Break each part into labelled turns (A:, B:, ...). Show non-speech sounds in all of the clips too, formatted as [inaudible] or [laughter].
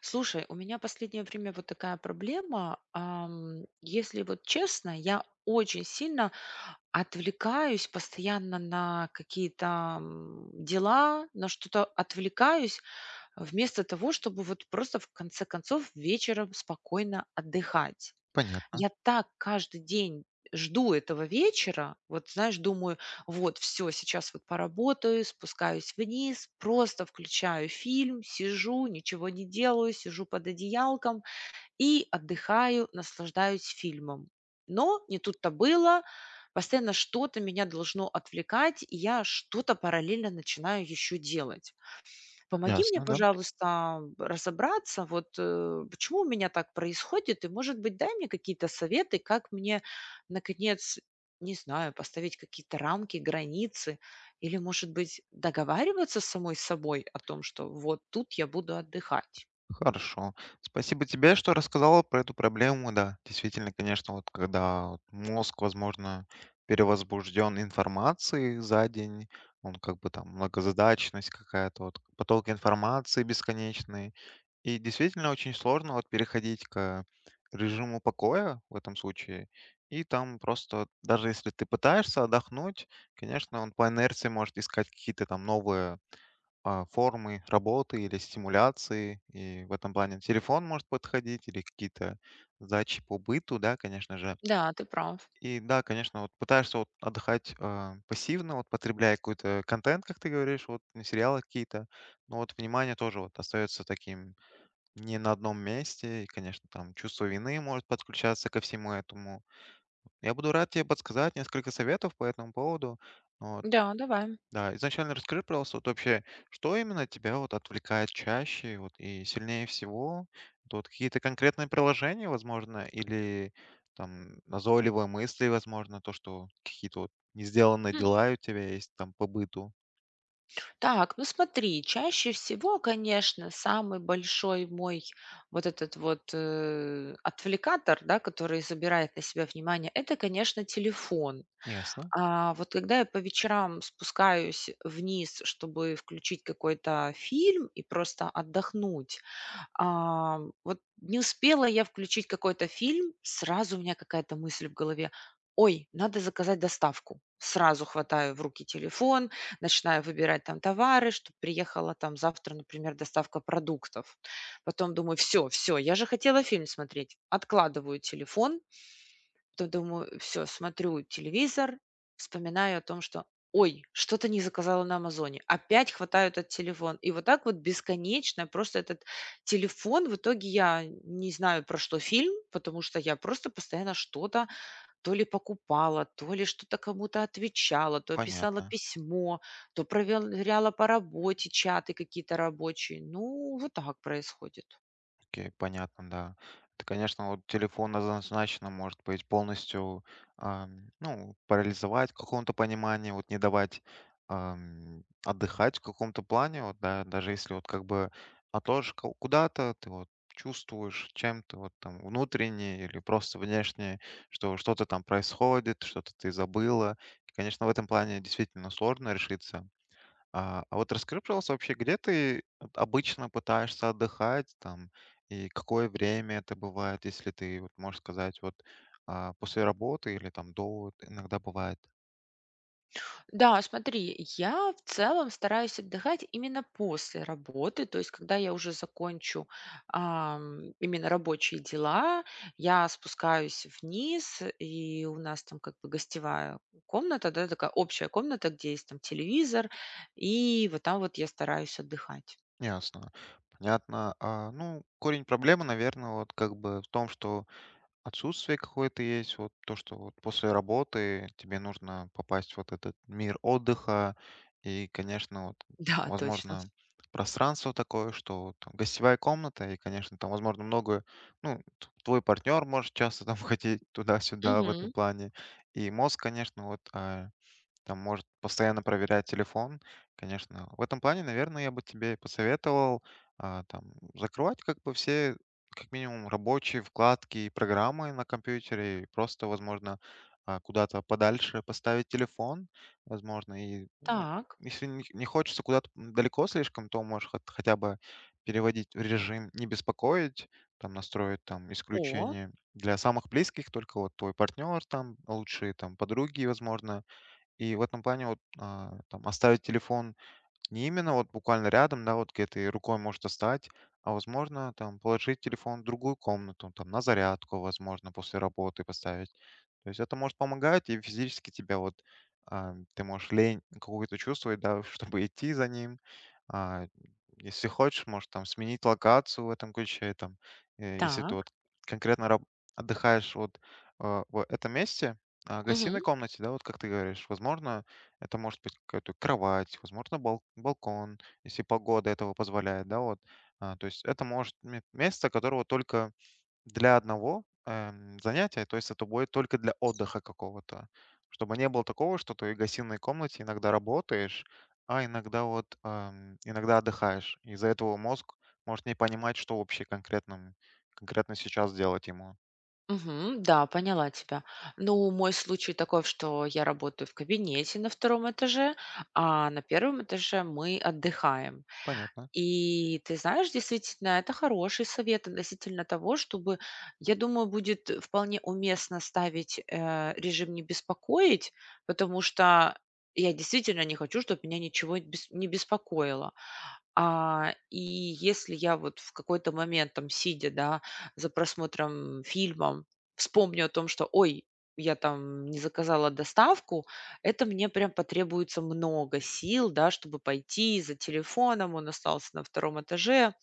A: Слушай, у меня последнее время вот такая проблема. Если вот честно, я очень сильно отвлекаюсь постоянно на какие-то дела, на что-то отвлекаюсь, вместо того, чтобы вот просто в конце концов вечером спокойно отдыхать.
B: Понятно,
A: Я так каждый день жду этого вечера. Вот, знаешь, думаю, вот, все, сейчас вот поработаю, спускаюсь вниз, просто включаю фильм, сижу, ничего не делаю, сижу под одеялком и отдыхаю, наслаждаюсь фильмом. Но не тут-то было. Постоянно что-то меня должно отвлекать, и я что-то параллельно начинаю еще делать. Помоги мне,
B: ясно, да.
A: пожалуйста, разобраться, вот, почему у меня так происходит, и, может быть, дай мне какие-то советы, как мне, наконец, не знаю, поставить какие-то рамки, границы или, может быть, договариваться с самой собой о том, что вот тут я буду отдыхать.
B: Хорошо. Спасибо тебе, что рассказала про эту проблему. Да, действительно, конечно, вот когда вот мозг, возможно, перевозбужден информацией за день, он как бы там многозадачность какая-то, вот поток информации бесконечный. И действительно очень сложно вот переходить к режиму покоя в этом случае. И там просто, вот даже если ты пытаешься отдохнуть, конечно, он по инерции может искать какие-то там новые формы работы или стимуляции. И в этом плане телефон может подходить или какие-то задачи по быту, да, конечно же.
A: Да, ты прав.
B: И да, конечно, вот пытаешься вот отдыхать пассивно, вот потребляя какой-то контент, как ты говоришь, вот на сериалы какие-то, но вот внимание тоже вот остается таким не на одном месте, и, конечно, там чувство вины может подключаться ко всему этому. Я буду рад тебе подсказать несколько советов по этому поводу. Но
A: Да, давай.
B: да, изначально расскажи, пожалуйста, вот вообще, что именно тебя вот отвлекает чаще вот, и сильнее всего? Это вот какие-то конкретные приложения, возможно, или там назойливые мысли, возможно, то, что какие-то вот не сделанные дела у тебя есть там по быту.
A: Так, ну смотри, чаще всего, конечно, самый большой мой вот этот вот, отвлекатор, да, который забирает на себя внимание — это, конечно, телефон.
B: Ясно.
A: Вот когда я по вечерам спускаюсь вниз, чтобы включить какой-то фильм и просто отдохнуть, вот не успела я включить какой-то фильм, сразу у меня какая-то мысль в голове: "Ой, надо заказать доставку". Сразу хватаю в руки телефон, начинаю выбирать там товары, чтобы приехала там завтра, например, доставка продуктов. Потом думаю: "Все, все, я же хотела фильм смотреть". Откладываю телефон, то думаю, все, смотрю телевизор, вспоминаю о том, что: "Ой, что-то не заказала на "Амазоне". Опять хватаю этот телефон". И вот так вот бесконечно просто этот телефон. В итоге я не знаю, про что фильм, потому что я просто постоянно что-то то ли покупала, то ли что-то кому-то отвечала, то писала
B: Понятно.
A: письмо, то проверяла по работе чаты какие-то рабочие. Ну, вот так происходит.
B: Окей, понятно, да. Это, конечно, вот телефон однозначно может быть полностью, ну, парализовать в каком-то понимании, вот не давать отдыхать в каком-то плане, вот, да, даже если вот как бы отложишь куда-то, ты вот чувствуешь чем-то вот там внутренне или просто внешне, что что-то там происходит, что-то ты забыла. И, конечно, в этом плане действительно сложно решиться. А вот расскажи, пожалуйста, вообще, где ты вот обычно пытаешься отдыхать там, и какое время это бывает, если ты, вот, можешь сказать, вот после работы или там до, вот, иногда бывает.
A: Да, смотри, я в целом стараюсь отдыхать именно после работы, то есть когда я уже закончу именно рабочие дела, я спускаюсь вниз, и у нас там как бы гостевая комната, да, такая общая комната, где есть там телевизор, и вот там вот я стараюсь отдыхать. [laughs]
B: Ясно, понятно. А, ну, корень проблемы, наверное, вот как бы в том, что отсутствие какое-то есть, вот то, что вот после работы тебе нужно попасть в вот этот мир отдыха и, конечно, вот,
A: Да, точно.
B: возможно, пространство такое, что вот там гостевая комната, и, конечно, там, возможно, много, ну, твой партнер может часто там [laughs] ходить туда-сюда в этом
A: Мгм.
B: плане, и мозг, конечно, там может постоянно проверять телефон, конечно. В этом плане, наверное, я бы тебе посоветовал там закрывать как бы все как минимум рабочие вкладки и программы на компьютере и просто, возможно, куда-то подальше поставить телефон, возможно, и ну,
A: Так.
B: если не хочется куда-то далеко слишком, то можешь хотя бы переводить в режим не беспокоить, там настроить там
A: О,
B: исключение для самых близких, только вот твой партнер, там лучшие там подруги, возможно, и в этом плане там оставить телефон не именно вот буквально рядом, да, вот где ты рукой можешь достать, а возможно там положить телефон в другую комнату, там на зарядку, возможно, после работы поставить. То есть это может помогать и физически тебя вот ты можешь лень какую-то чувствовать, да, [laughs] чтобы идти за ним. А, если хочешь, можешь там сменить локацию в этом ключе, там, если ты
A: так.
B: вот конкретно раб- отдыхаешь вот в этом месте, гостиной комнате, да, вот как ты говоришь, возможно, это может быть какая-то кровать, возможно, балкон, если погода этого позволяет, да, вот. А, то есть это может место, которого только для одного занятия, то есть это будет только для отдыха какого-то. Чтобы не было такого, что ты в гостиной комнате иногда работаешь, а иногда вот иногда отдыхаешь. Из-за этого мозг может не понимать, что вообще конкретно сейчас делать ему.
A: Мгм. Да, поняла тебя. Ну, мой случай такой, что я работаю в кабинете на втором этаже, а на первом этаже мы отдыхаем.
B: Понятно.
A: И ты знаешь, действительно, это хороший совет относительно того, чтобы, я думаю, будет вполне уместно ставить, режим "не беспокоить", потому что я действительно не хочу, чтобы меня ничего бес не беспокоило. А, и если я вот в какой-то момент, там, сидя, да, за просмотром фильма, вспомню о том, что, ой, я там не заказала доставку, это мне прям потребуется много сил, да, чтобы пойти за телефоном, он остался на втором этаже.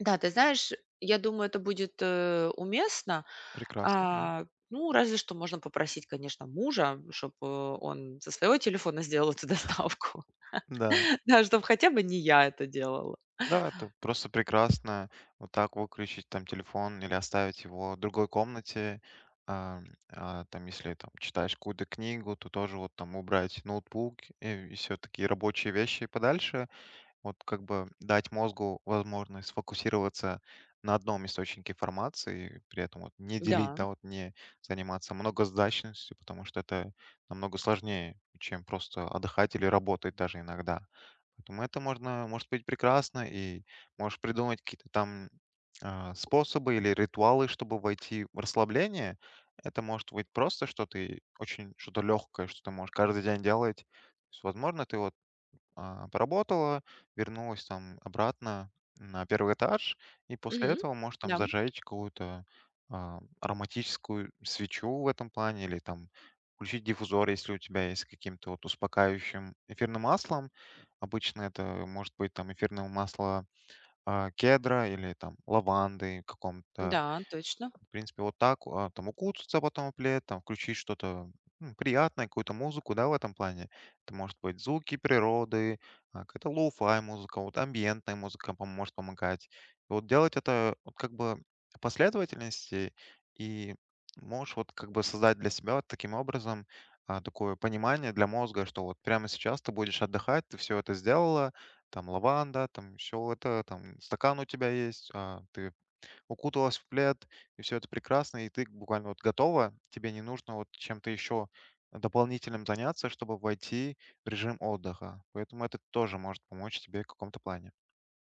A: Да, ты знаешь, я думаю, это будет уместно.
B: Прекрасно, да?
A: А, ну, разве что можно попросить, конечно, мужа, чтобы он со своего телефона сделал эту доставку,
B: Да.
A: [laughs] да, чтобы хотя бы не я это делала.
B: Да, это просто прекрасно. Вот так выключить там телефон или оставить его в другой комнате. Ам, там, если там читаешь какую-то книгу, то тоже вот там убрать ноутбук и, все такие рабочие вещи подальше. Вот как бы дать мозгу возможность сфокусироваться на одном источнике информации, и при этом вот не делить,
A: Да.
B: да, вот не заниматься многозадачностью, потому что это намного сложнее, чем просто отдыхать или работать даже иногда. Поэтому это можно, может быть прекрасно, и можешь придумать какие-то там способы или ритуалы, чтобы войти в расслабление. Это может быть просто что ты очень что-то легкое, что ты можешь каждый день делать. То есть, возможно, ты вот поработала, вернулась там обратно на первый этаж, и после
A: Мгм.
B: этого может там
A: Да,
B: зажечь какую-то ароматическую свечу в этом плане, или там включить диффузор, если у тебя есть с каким-то вот успокаивающим эфирным маслом. Обычно это может быть там эфирное масло кедра или там лаванды каком-то
A: да, точно.
B: в принципе, вот так, там укутаться потом в плед, там включить что-то приятное, какую-то музыку, да, в этом плане. Это может быть звуки природы, какая-то лоу-фай музыка, вот амбиентная музыка может помогать. И вот делать это вот как бы последовательности и можешь вот как бы создать для себя вот таким образом такое понимание для мозга, что вот прямо сейчас ты будешь отдыхать, ты все это сделала, там лаванда, там еще это, там стакан у тебя есть, ты укуталась в плед, и все это прекрасно, и ты буквально вот готова, тебе не нужно вот чем-то еще дополнительным заняться, чтобы войти в режим отдыха. Поэтому это тоже может помочь тебе в каком-то плане.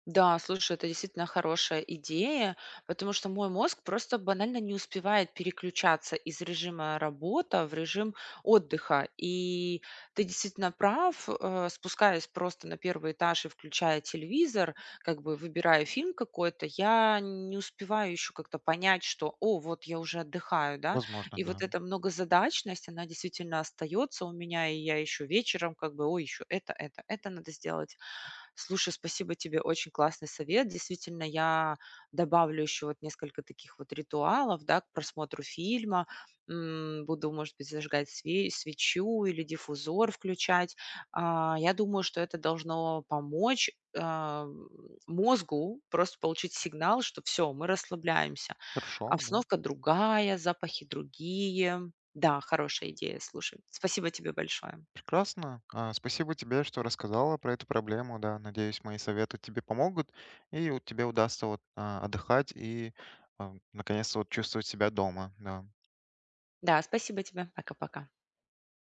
A: Да, слушай, это действительно хорошая идея, потому что мой мозг просто банально не успевает переключаться из режима работа в режим отдыха. И ты действительно прав, спускаясь просто на первый этаж и включая телевизор, как бы выбирая фильм какой-то, я не успеваю еще как-то понять, что, о, вот я уже отдыхаю, да.
B: Возможно,
A: И вот
B: да.
A: эта многозадачность, она действительно остается у меня, и я еще вечером как бы, ой, еще это надо сделать. Слушай, спасибо тебе, очень классный совет. Действительно, я добавлю еще вот несколько таких вот ритуалов, да, к просмотру фильма. Буду, может быть, зажигать свечу или диффузор включать. Я думаю, что это должно помочь а, м, мозгу просто получить сигнал, что все, мы расслабляемся.
B: Хорошо, да.
A: Обстановка другая, запахи другие. Да, хорошая идея, слушай. Спасибо тебе большое.
B: Прекрасно. Спасибо тебе, что рассказала про эту проблему, да. Надеюсь, мои советы тебе помогут, и тебе удастся вот отдыхать и наконец-то вот чувствовать себя дома, да.
A: Да, спасибо тебе. Пока-пока.